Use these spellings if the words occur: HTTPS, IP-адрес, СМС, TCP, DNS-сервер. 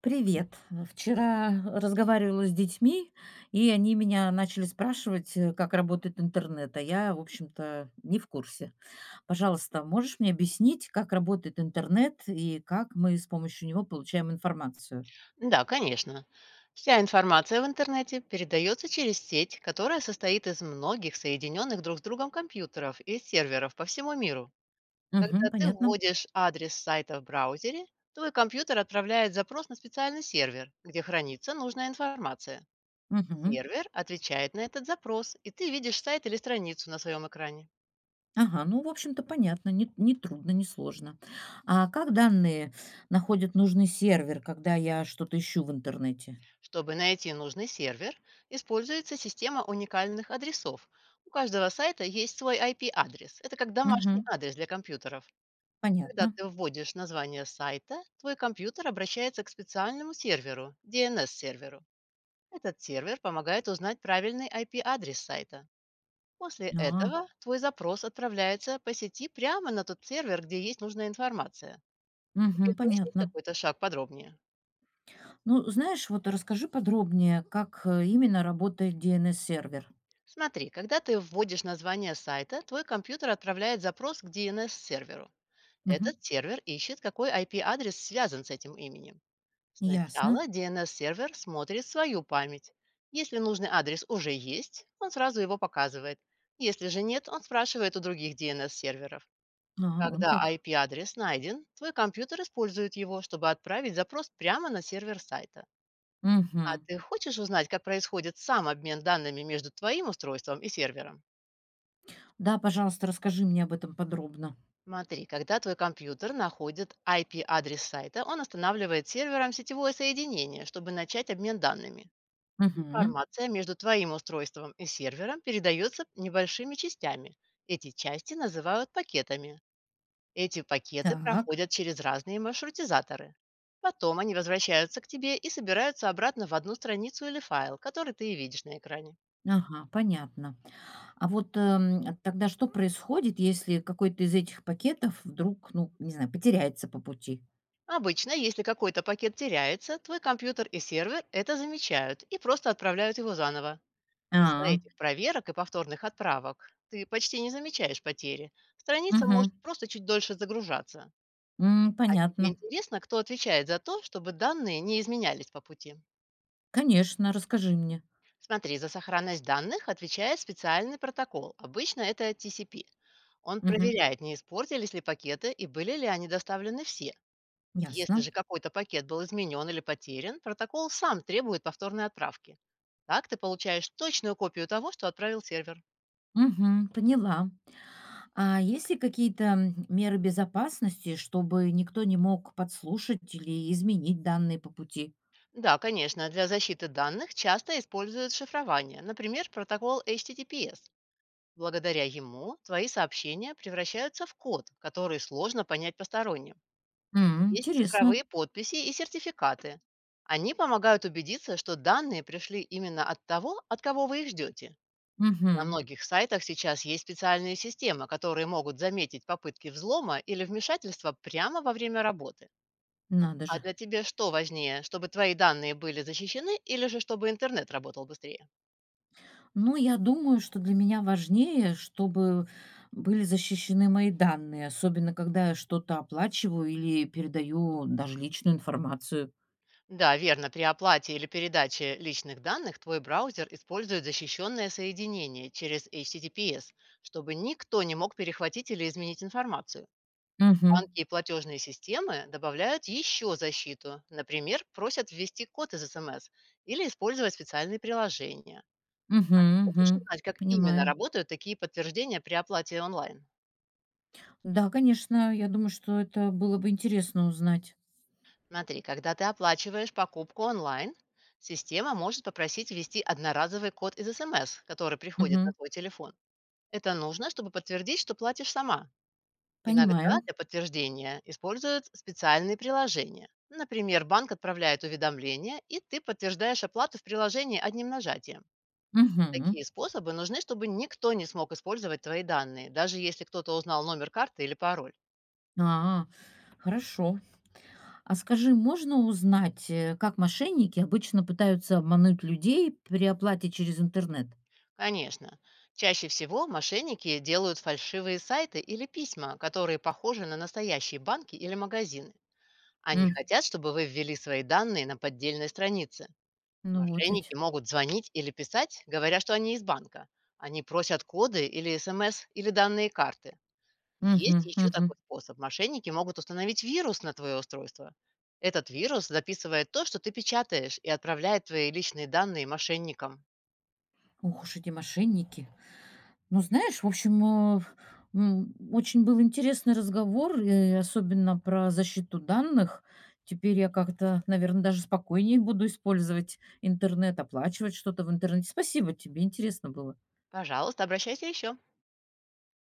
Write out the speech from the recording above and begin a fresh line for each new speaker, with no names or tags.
Привет. Вчера разговаривала с детьми, и они меня начали спрашивать, как работает интернет, а я, в общем-то, не в курсе. Пожалуйста, можешь мне объяснить, как работает интернет и как мы с помощью него получаем информацию?
Да, конечно. Вся информация в интернете передается через сеть, которая состоит из многих соединенных друг с другом компьютеров и серверов по всему миру.
Угу,
Когда ты
понятно.
вводишь адрес сайта в браузере, твой компьютер отправляет запрос на специальный сервер, где хранится нужная информация.
Угу.
Сервер отвечает на этот запрос, и ты видишь сайт или страницу на своем экране.
Ага, ну, в общем-то, понятно, не трудно, не сложно. А как данные находят нужный сервер, когда я что-то ищу в интернете?
Чтобы найти нужный сервер, используется система уникальных адресов. У каждого сайта есть свой IP-адрес. Это как домашний
Угу,
адрес для компьютеров. Когда
понятно.
ты вводишь название сайта, твой компьютер обращается к специальному серверу, DNS-серверу. Этот сервер помогает узнать правильный IP-адрес сайта. После
А,
этого твой запрос отправляется по сети прямо на тот сервер, где есть нужная информация. Тебе
угу,
пояснить
понятно.
какой-то шаг подробнее?
Ну, знаешь, вот расскажи подробнее, как, именно работает DNS-сервер.
Смотри, когда ты вводишь название сайта, твой компьютер отправляет запрос к DNS-серверу.
Мгм.
Этот сервер ищет, какой IP-адрес связан с этим именем.
Ясно.
Сначала DNS-сервер смотрит свою память. Если нужный адрес уже есть, он сразу его показывает. Если же нет, он спрашивает у других DNS-серверов.
А, вон
Когда
как.
IP-адрес найден, твой компьютер использует его, чтобы отправить запрос прямо на сервер сайта.
Мгм.
А ты хочешь узнать, как происходит сам обмен данными между твоим устройством и сервером?
Да, пожалуйста, расскажи мне об этом подробно.
Смотри, когда твой компьютер находит IP-адрес сайта, он останавливает сервером сетевое соединение, чтобы начать обмен данными.
Мгм.
Информация между твоим устройством и сервером передается небольшими частями. Эти части называют пакетами. Эти пакеты
Так.
проходят через разные маршрутизаторы. Потом они возвращаются к тебе и собираются обратно в одну страницу или файл, который ты и видишь на экране.
Ага, понятно. А вот, тогда что происходит, если какой-то из этих пакетов вдруг, ну, не знаю, потеряется по пути?
Обычно, если какой-то пакет теряется, твой компьютер и сервер это замечают и просто отправляют его заново. Из-за
А,
этих проверок и повторных отправок ты почти не замечаешь потери. Страница
мгм.
может просто чуть дольше загружаться.
М,
А тебе
понятно.
интересно, кто отвечает за то, чтобы данные не изменялись по пути?
Конечно, расскажи мне.
Смотри, за сохранность данных отвечает специальный протокол. Обычно это TCP. Он
Мгм.
проверяет, не испортились ли пакеты и были ли они доставлены все. Если
Ясно.
же какой-то пакет был изменен или потерян, протокол сам требует повторной отправки. Так ты получаешь точную копию того, что отправил сервер.
Мгм. Поняла. А есть ли какие-то меры безопасности, чтобы никто не мог подслушать или изменить данные по пути?
Да, конечно, для защиты данных часто используют шифрование, например, протокол HTTPS. Благодаря ему твои сообщения превращаются в код, который сложно понять посторонним.
М,
Есть
интересно.
цифровые подписи и сертификаты. Они помогают убедиться, что данные пришли именно от того, от кого вы их ждете. На
Мгм.
многих сайтах сейчас есть специальные системы, которые могут заметить попытки взлома или вмешательства прямо во время работы.
Надо
А
же.
для тебя что важнее, чтобы твои данные были защищены или же чтобы интернет работал быстрее?
Ну, я думаю, что для меня важнее, чтобы были защищены мои данные, особенно когда я что-то оплачиваю или передаю даже личную информацию.
Да, верно, при оплате или передаче личных данных твой браузер использует защищенное соединение через HTTPS, чтобы никто не мог перехватить или изменить информацию.
Угу.
Банки и платежные системы добавляют еще защиту. Например, просят ввести код из СМС или использовать специальные приложения.
Угу,
Хочешь
угу.
узнать, как именно
Понимаю.
работают такие подтверждения при оплате онлайн?
Да, конечно, я думаю, что это было бы интересно узнать.
Смотри, когда ты оплачиваешь покупку онлайн, система может попросить ввести одноразовый код из СМС, который приходит на
Угу.
твой телефон. Это нужно, чтобы подтвердить, что платишь сама. Иногда
Понимаю.
для подтверждения используют специальные приложения. Например, банк отправляет уведомление, и ты подтверждаешь оплату в приложении одним нажатием.
Мгм.
Такие способы нужны, чтобы никто не смог использовать твои данные, даже если кто-то узнал номер карты или пароль.
А, хорошо. А скажи, можно узнать, как мошенники обычно пытаются обмануть людей при оплате через интернет?
Конечно. Чаще всего мошенники делают фальшивые сайты или письма, которые похожи на настоящие банки или магазины. Они
М,
хотят, чтобы вы ввели свои данные на поддельной странице.
ну вот
Мошенники
ведь.
могут звонить или писать, говоря, что они из банка. Они просят коды или смс или данные карты. Есть
Мгм,
еще
мгм.
такой способ. Мошенники могут установить вирус на твое устройство. Этот вирус записывает то, что ты печатаешь, и отправляет твои личные данные мошенникам.
Ох уж эти мошенники. Ну, знаешь, в общем, очень был интересный разговор, и особенно про защиту данных. Теперь я как-то, наверное, даже спокойнее буду использовать интернет, оплачивать что-то в интернете. Спасибо тебе, интересно было.
Пожалуйста, обращайся еще.